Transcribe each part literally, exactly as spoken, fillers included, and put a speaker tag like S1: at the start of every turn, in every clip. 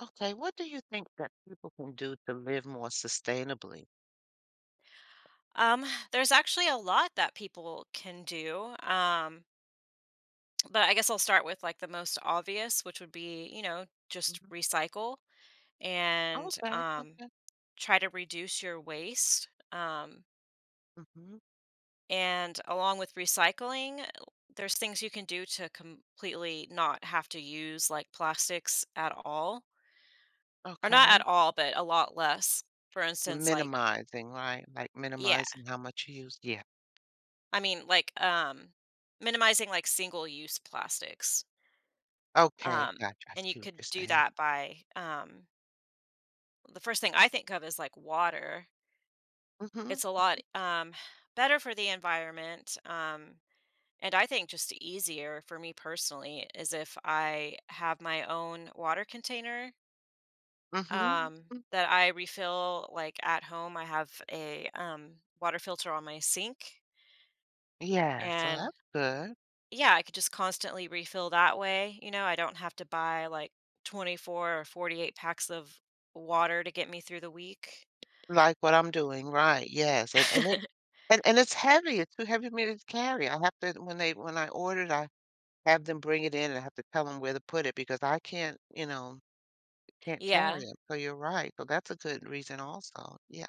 S1: Okay, what do you think that people can do to live more sustainably?
S2: Um, there's actually a lot that people can do. Um, but I guess I'll start with like the most obvious, which would be, you know, just
S1: Mhm.
S2: recycle and
S1: Okay,
S2: um,
S1: okay.
S2: try to reduce your waste. Um,
S1: Hmm.
S2: and along with recycling, there's things you can do to completely not have to use like plastics at all, or not at
S1: Okay.
S2: all, but a lot less. For instance, like,
S1: Minimizing, right? Like
S2: yeah,
S1: minimizing how much you use. Yeah.
S2: I mean, like, um, minimizing like single use plastics.
S1: Okay,
S2: Um,
S1: gotcha. I
S2: and you
S1: see what
S2: could
S1: you're
S2: do
S1: saying.
S2: that by um, the first thing I think of is like water.
S1: Hmm.
S2: It's a lot um, better for the environment. Um, and I think just easier for me personally is if I have my own water container
S1: Hmm.
S2: um, that I refill like at home. I have a um, water filter on my sink.
S1: Yeah, so
S2: And
S1: that's good.
S2: yeah, I could just constantly refill that way, you know, I don't have to buy, like, twenty-four or forty-eight packs of water to get me through the week.
S1: Like what I'm doing, right? Yes, and and it and and it's heavy. It's too heavy for me to carry. I have to when they when I ordered, I have them bring it in, and I have to tell them where to put it because I can't, you know, can't carry
S2: Yeah.
S1: carry 'em, so you're right, so that's a good reason also, yeah,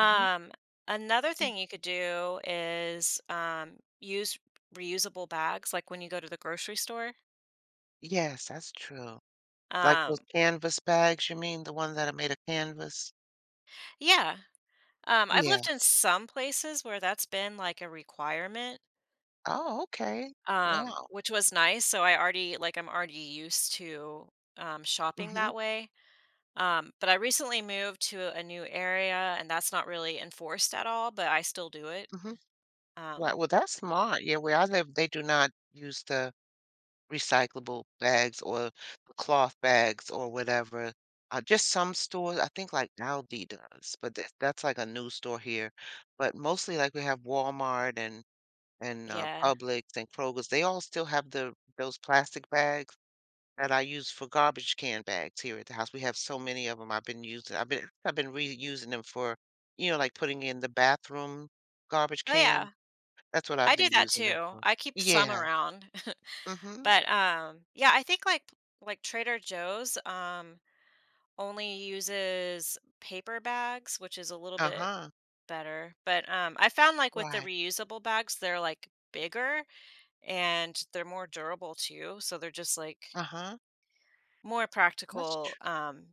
S1: mhm,
S2: Another
S1: mm.
S2: thing you could do is, um, use reusable bags, like, when you go to the grocery store.
S1: Yes, that's true. Like
S2: Um,
S1: those canvas bags, you mean, the ones that are made of canvas?
S2: yeah. Um, I've
S1: Yeah.
S2: lived in some places where that's been, like, a requirement,
S1: Oh, okay.
S2: um,
S1: Wow.
S2: which was nice, so I already like, I'm already used to, um, shopping
S1: Mhm,
S2: that way. Um, but I recently moved to a new area, and that's not really enforced at all, but I still do it.
S1: mhm. Right,
S2: Um,
S1: well, that's smart, yeah, where I live, they do not use the recyclable bags or the cloth bags or whatever, uh, just some stores, I think like Aldi does, but that that's like a new store here, but mostly, like, we have Walmart and and uh,
S2: yeah.
S1: Publix and Kroger's. They all still have the those plastic bags that I use for garbage can bags here at the house. We have so many of them. I've been using. I've been I've been reusing them for, you know, like putting in the bathroom garbage
S2: Oh,
S1: can.
S2: yeah.
S1: That's what
S2: I
S1: I've
S2: do
S1: been
S2: that
S1: using them
S2: too.
S1: for.
S2: I keep some
S1: Yeah.
S2: around.
S1: Mhm.
S2: But um, yeah, I think like like Trader Joe's um only uses paper bags, which is a little
S1: Uh
S2: bit
S1: huh.
S2: better. But um I found like with the
S1: Right.
S2: reusable bags, they're like bigger and they're more durable too, so they're just like
S1: Uh huh.
S2: more
S1: That's
S2: practical
S1: true.
S2: um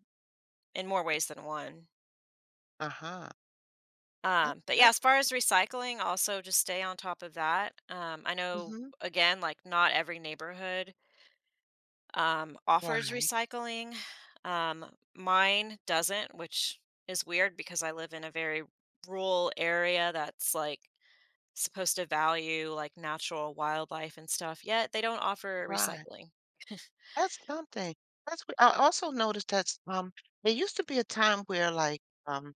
S2: in more ways than one.
S1: Uh huh. That's
S2: Um, but yeah,
S1: that's.
S2: as far as recycling, also just stay on top of that. Um, I know
S1: Mhm.
S2: again, like not every neighborhood um, offers
S1: Right.
S2: recycling. Um, Mine doesn't, which is weird because I live in a very rural area that's like supposed to value like natural wildlife and stuff. Yet they don't offer
S1: Right.
S2: recycling.
S1: That's something. That's. what- I also noticed that um, there used to be a time where like um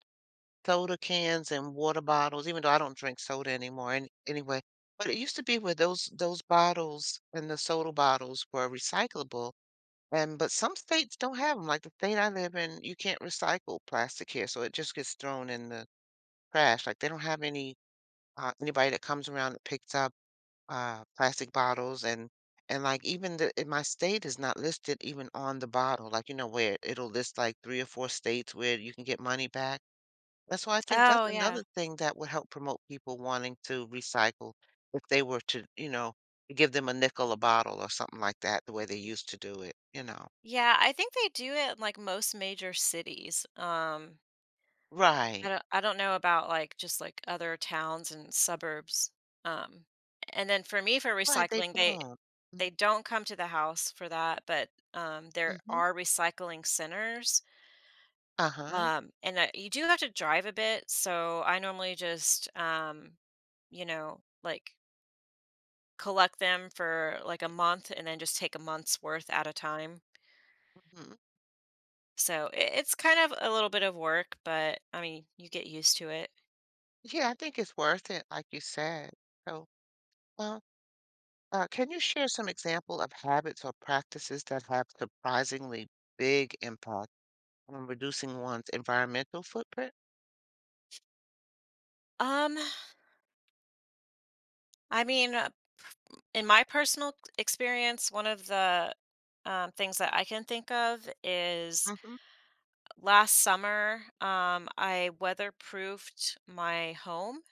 S1: soda cans and water bottles, even though I don't drink soda anymore and anyway. But it used to be where those those bottles and the soda bottles were recyclable, and but some states don't have have them. Like the state I live in, you can't recycle plastic here, so it just gets thrown in the trash. Like, they don't have any, uh, anybody that comes around that picks up, uh, plastic bottles and and, like, even the in my state is not listed even on the bottle, like, you know, where it'll list, like, three or four states where you can get money back. And so I think that's
S2: Oh, yeah.
S1: another thing that would help promote people wanting to recycle if they were to, you know, give them a nickel a bottle or something like that, the way they used to do it, you know.
S2: Yeah, I think they do it in, like, most major cities. Um, I
S1: Right.
S2: don't I don't know about, like, just, like, other towns and suburbs. Um, and then for me, for
S1: Right, they
S2: recycling, they
S1: don't. Mm,
S2: they don't come to the house for that, but, um, there
S1: mhm.
S2: are recycling centers,
S1: Uh-huh.
S2: um, and, uh, you do have to drive a bit, so I normally just, um, you know, like, collect them for, like, a month and then just take a month's worth at a time.
S1: Mhm.
S2: So I it's kind of a little bit of work, but I mean, you get used to it.
S1: Yeah, I think it's worth it, like you said. So, well, uh, can you share some example of habits or practices that have surprisingly big impact on reducing one's environmental footprint?
S2: Um, I mean, uh, p- in my personal experience, one of the um, things that I can think of is
S1: Mhm.
S2: last summer, um, I weatherproofed my home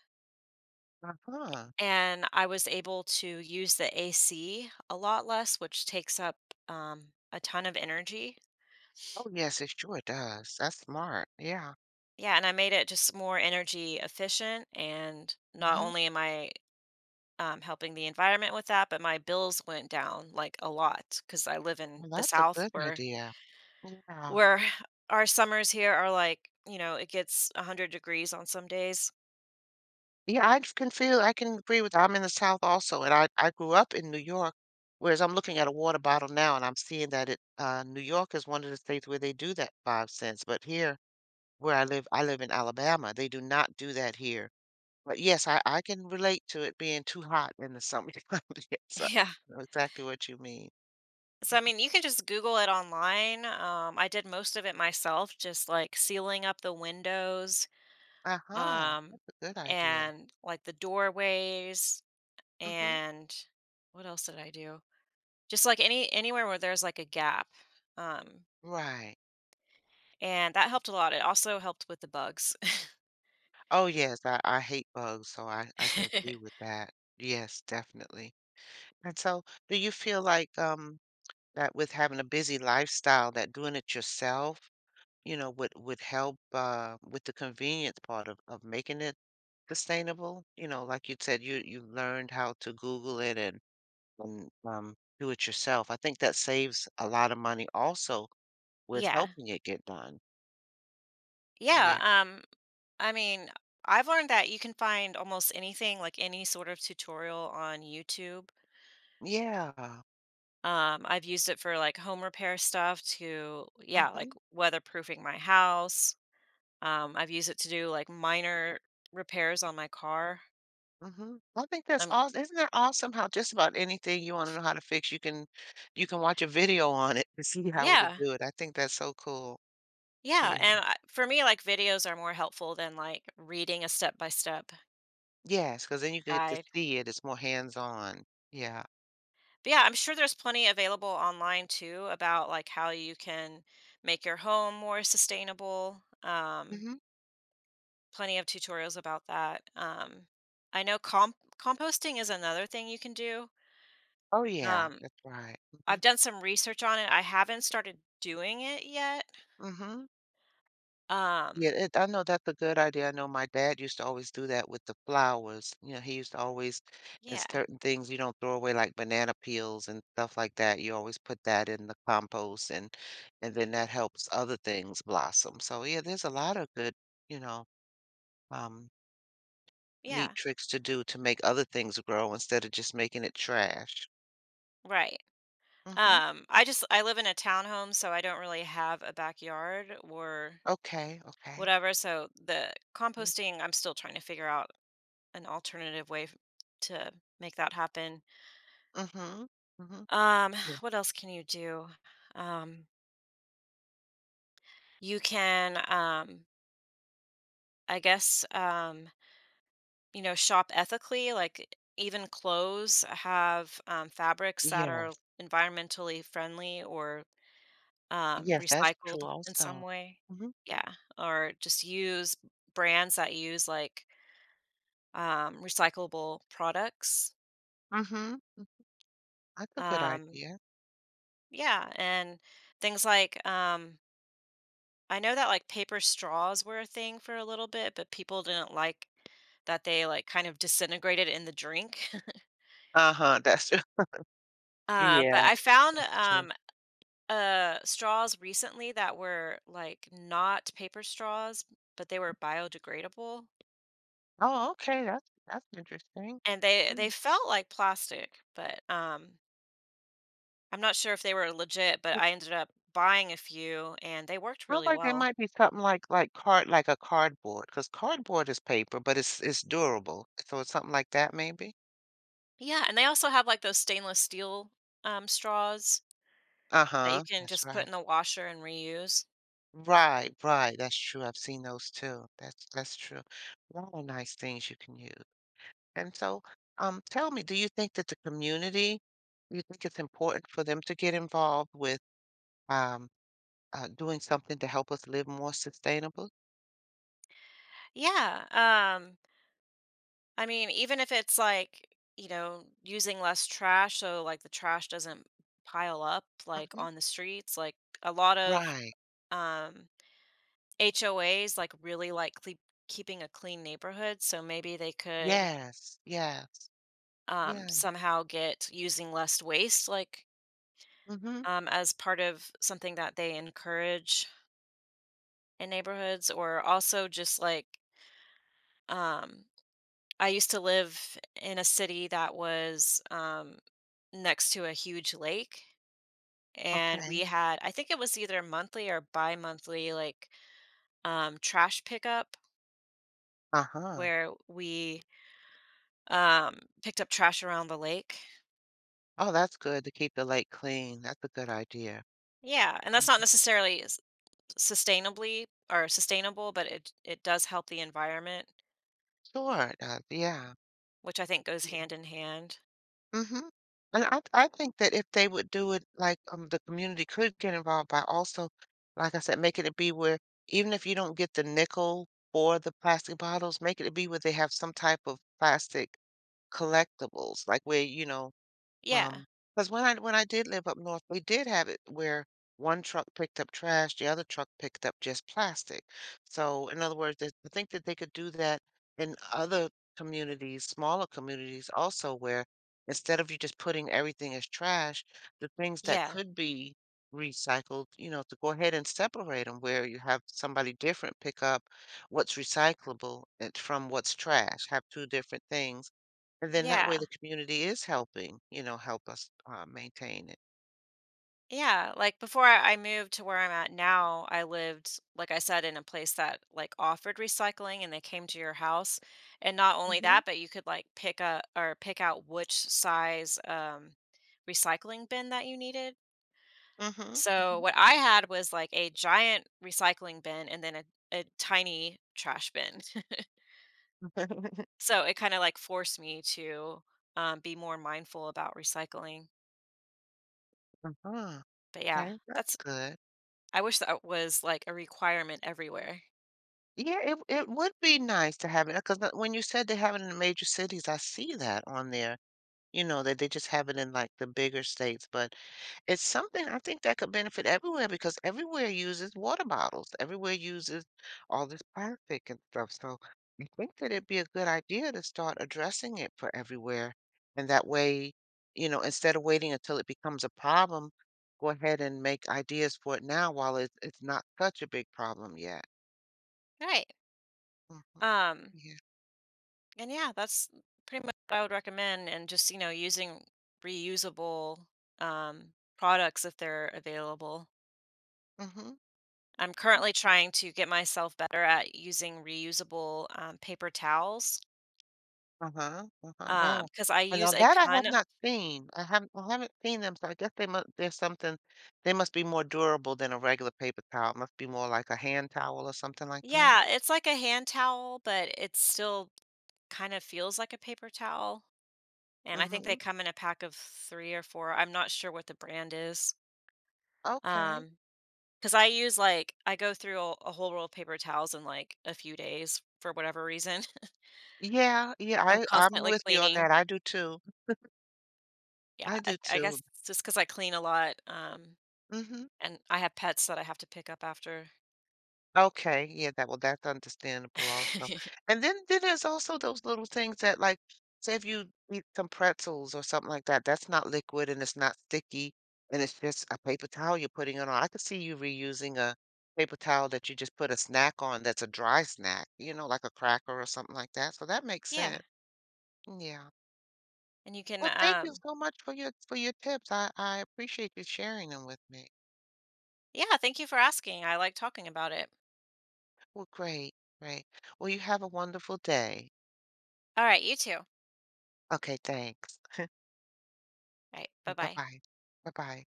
S1: Uh-huh.
S2: and I was able to use the A C a lot less, which takes up um, a ton of energy.
S1: Oh, yes, it sure does. That's smart. Yeah.
S2: Yeah, and I made it just more energy efficient. And not
S1: Hmm.
S2: only am I um, helping the environment with that, but my bills went down like a lot because I live in
S1: Well,
S2: the
S1: that's a
S2: South
S1: good
S2: where
S1: idea. Yeah.
S2: where our summers here are like, you know, it gets one hundred degrees on some days.
S1: Yeah, I can feel I can agree with I'm in the South also, and I I grew up in New York, whereas I'm looking at a water bottle now and I'm seeing that it uh, New York is one of the states where they do that five cents, but here where I live, I live in Alabama, they do not do that here. But yes, I I can relate to it being too hot in the summer. Yes, I
S2: Yeah.
S1: know exactly what you mean.
S2: So I mean, you can just Google it online. Um, I did most of it myself, just like sealing up the windows,
S1: Uh-huh,
S2: um,
S1: that's a good idea.
S2: and like the doorways,
S1: Hmm.
S2: and what else did I do? Just like any anywhere where there's like a gap. Um,
S1: Right.
S2: And that helped a lot. It also helped with the bugs.
S1: Oh yes, I I hate bugs, so I I can agree with that. Yes, definitely. And so, do you feel like um, that with having a busy lifestyle, that doing it yourself, you know, would would help uh, with the convenience part of of making it sustainable? You know, like you said, you you learned how to Google it and and um, do it yourself. I think that saves a lot of money also with
S2: Yeah.
S1: helping it get done.
S2: Yeah,
S1: Yeah,
S2: um, I mean, I've learned that you can find almost anything, like any sort of tutorial on YouTube.
S1: yeah.
S2: Um, I've used it for, like, home repair stuff to yeah,
S1: Hmm.
S2: like, weatherproofing my house. Um, I've used it to do, like, minor repairs on my car.
S1: Hmm. I think that's
S2: Um,
S1: awesome. Isn't that awesome how just about anything you want to know how to fix, you can you can watch a video on it to see how to
S2: yeah.
S1: do it. I think that's so cool.
S2: Yeah,
S1: Yeah.
S2: and I for me, like, videos are more helpful than, like, reading a step-by-step
S1: Yes, because then you get to
S2: guide.
S1: see it. It's more hands-on. Yeah.
S2: But yeah, I'm sure there's plenty available online too about like how you can make your home more sustainable. Um,
S1: Hmm.
S2: plenty of tutorials about that. Um, I know comp- composting is another thing you can do.
S1: Oh yeah,
S2: Um,
S1: that's right. Hmm.
S2: I've done some research on it. I haven't started doing it yet.
S1: Hmm. Yeah,
S2: Um,
S1: it, I know that's a good idea. I know my dad used to always do that with the flowers. You know, he used to always, and
S2: yeah,
S1: certain things you don't throw away, like banana peels and stuff like that. You always put that in the compost, and and then that helps other things blossom. So yeah, there's a lot of good, you know, um,
S2: yeah,
S1: neat tricks to do to make other things grow instead of just making it trash.
S2: right.
S1: Mm-hmm.
S2: Um, I just I live in a townhome, so I don't really have a backyard or
S1: Okay. Okay.
S2: whatever. So the
S1: Mm.
S2: composting, I'm still trying to figure out an alternative way f- to make that happen.
S1: Mm-hmm. Mm-hmm.
S2: Um,
S1: Yeah.
S2: what else can you do? Um, you can, um, I guess, um, you know, shop ethically, like even clothes have um, fabrics that
S1: Yeah.
S2: are environmentally friendly or um,
S1: Yes, that's true
S2: recycled in some
S1: also.
S2: way.
S1: Mm-hmm.
S2: Yeah. Or just use brands that use like um, recyclable products.
S1: Mm-hmm. That's a good
S2: Um,
S1: idea.
S2: yeah. And things like, um, I know that, like, paper straws were a thing for a little bit, but people didn't like that they, like, kind of disintegrated in the drink.
S1: Uh-huh, that's true.
S2: Um, but
S1: Yeah,
S2: I found,
S1: that's true.
S2: um, uh, straws recently that were, like, not paper straws, but they were biodegradable,
S1: Oh, okay, that's that's interesting.
S2: and they they
S1: Mm.
S2: felt like plastic, but, um, I'm not sure if they were legit, but
S1: It
S2: I ended up buying a few, and they worked
S1: sounds
S2: really
S1: like there
S2: well.
S1: might be something like like card like a cardboard, because cardboard is paper, but it's it's durable. So it's something like that maybe.
S2: Yeah, and they also have, like, those stainless steel, um, straws that you
S1: Uh-huh.
S2: can
S1: That's
S2: just put
S1: right.
S2: in the washer and reuse.
S1: Right, right. That's true. I've seen those too. That's that's true. A lot of nice things you can use. And so, um, tell me, do you think that the community, you think it's important for them to get involved with um uh, doing something to help us live more sustainable?
S2: Yeah. Um, I mean, even if it's like, you know, using less trash so like the trash doesn't pile up like
S1: Hmm.
S2: on the streets, like a lot of
S1: Right.
S2: um H O As like really like cle keeping a clean neighborhood, so maybe they could
S1: Yes. Yes.
S2: um
S1: Yeah.
S2: somehow get using less waste like
S1: Hmm.
S2: um as part of something that they encourage in neighborhoods or also just like um I used to live in a city that was um next to a huge lake and we
S1: Okay.
S2: had I think it was either monthly or bi-monthly like um trash pickup
S1: Uh-huh.
S2: where we um picked up trash around the lake.
S1: Oh, that's good to keep the lake clean. That's a good idea.
S2: Yeah, and that's not
S1: Mhm.
S2: necessarily s- sustainably or sustainable, but it it does help the environment,
S1: Sure it does. Yeah.
S2: which I think goes hand in hand.
S1: Mhm. And I I think that if they would do it, like, um, the community could get involved by also, like I said, making it be where even if you don't get the nickel for the plastic bottles, make it be where they have some type of plastic collectibles, like, where, you know
S2: Yeah.
S1: um, because when I when I did live up north, we did have it where one truck picked up trash, the other truck picked up just plastic. So, in other words, that- I think that they could do that in other communities, smaller communities also, where instead of you just putting everything as trash, the things that
S2: Yeah.
S1: could be recycled, you know, to go ahead and separate them where you have somebody different pick up what's recyclable and from what's trash, have two different things and then that way
S2: Yeah.
S1: the community is helping, you know, help us uh, maintain it.
S2: Yeah, like before I I moved to where I'm at now, I lived, like I said, in a place that like offered recycling and they came to your house. And not
S1: Mm
S2: only
S1: hmm
S2: that, but you could like pick up or pick out which size um recycling bin that you needed.
S1: hmm.
S2: So what I had was like a giant recycling bin and then a, a tiny trash bin.
S1: Hmm.
S2: So it kind of like forced me to um, be more mindful about recycling.
S1: Uh-huh.
S2: But yeah,
S1: Okay, that's
S2: that's,
S1: good.
S2: I wish that was like a requirement everywhere.
S1: Yeah, it it would be nice to have it because when you said they have it in the major cities, I see that on there. You know, that they just have it in like the bigger states, but it's something I think that could benefit everywhere because everywhere uses water bottles. Everywhere uses all this plastic and stuff. So I think that it'd be a good idea to start addressing it for everywhere. And that way, you know, instead of waiting until it becomes a problem, go ahead and make ideas for it now while it's it's not such a big problem yet.
S2: Right.
S1: Hmm.
S2: Um,
S1: Yeah.
S2: and yeah, that's pretty much what I would recommend. And just, you know, using reusable um, products if they're available.
S1: Hmm.
S2: I'm currently trying to get myself better at using reusable um, paper towels
S1: Uh-huh, uh-huh, wow.
S2: because I
S1: And
S2: use
S1: now
S2: a
S1: that I
S2: ton
S1: have
S2: of,
S1: not seen. I haven't I haven't seen them, so I guess they must. There's something they must be more durable than a regular paper towel. It must be more like a hand towel or something like that?
S2: yeah, it's like a hand towel, but it still kind of feels like a paper towel. And I think they
S1: Mhm,
S2: come in a pack of three or four. I'm not sure what the brand is.
S1: okay.
S2: Um, Because I use like I go through a, a whole roll of paper towels in like a few days for whatever reason.
S1: Yeah, yeah,
S2: I'm
S1: I I'm
S2: constantly
S1: with you on
S2: cleaning.
S1: that, I do too.
S2: Yeah,
S1: I
S2: I,
S1: do
S2: I guess
S1: too.
S2: it's just because I clean a lot, um,
S1: Mhm.
S2: and I have pets that I have to pick up after.
S1: Okay, yeah, that well, that's understandable also. And then then there's also those little things that like say if you eat some pretzels or something like that, that's not liquid and it's not sticky and it's just a paper towel you're putting it on. I could see you reusing a paper towel that you just put a snack on that's a dry snack, you know, like a cracker or something like that. So that makes
S2: Yeah,
S1: sense. Yeah.
S2: and you can.
S1: Well, thank you
S2: Um,
S1: so much for your for your tips. I I appreciate you sharing them with me.
S2: yeah, thank you for asking. I like talking about it.
S1: Well, great, great. Well, you have a wonderful day.
S2: All right, you too.
S1: Okay, thanks.
S2: All right, bye
S1: Bye
S2: bye.
S1: bye. Bye bye.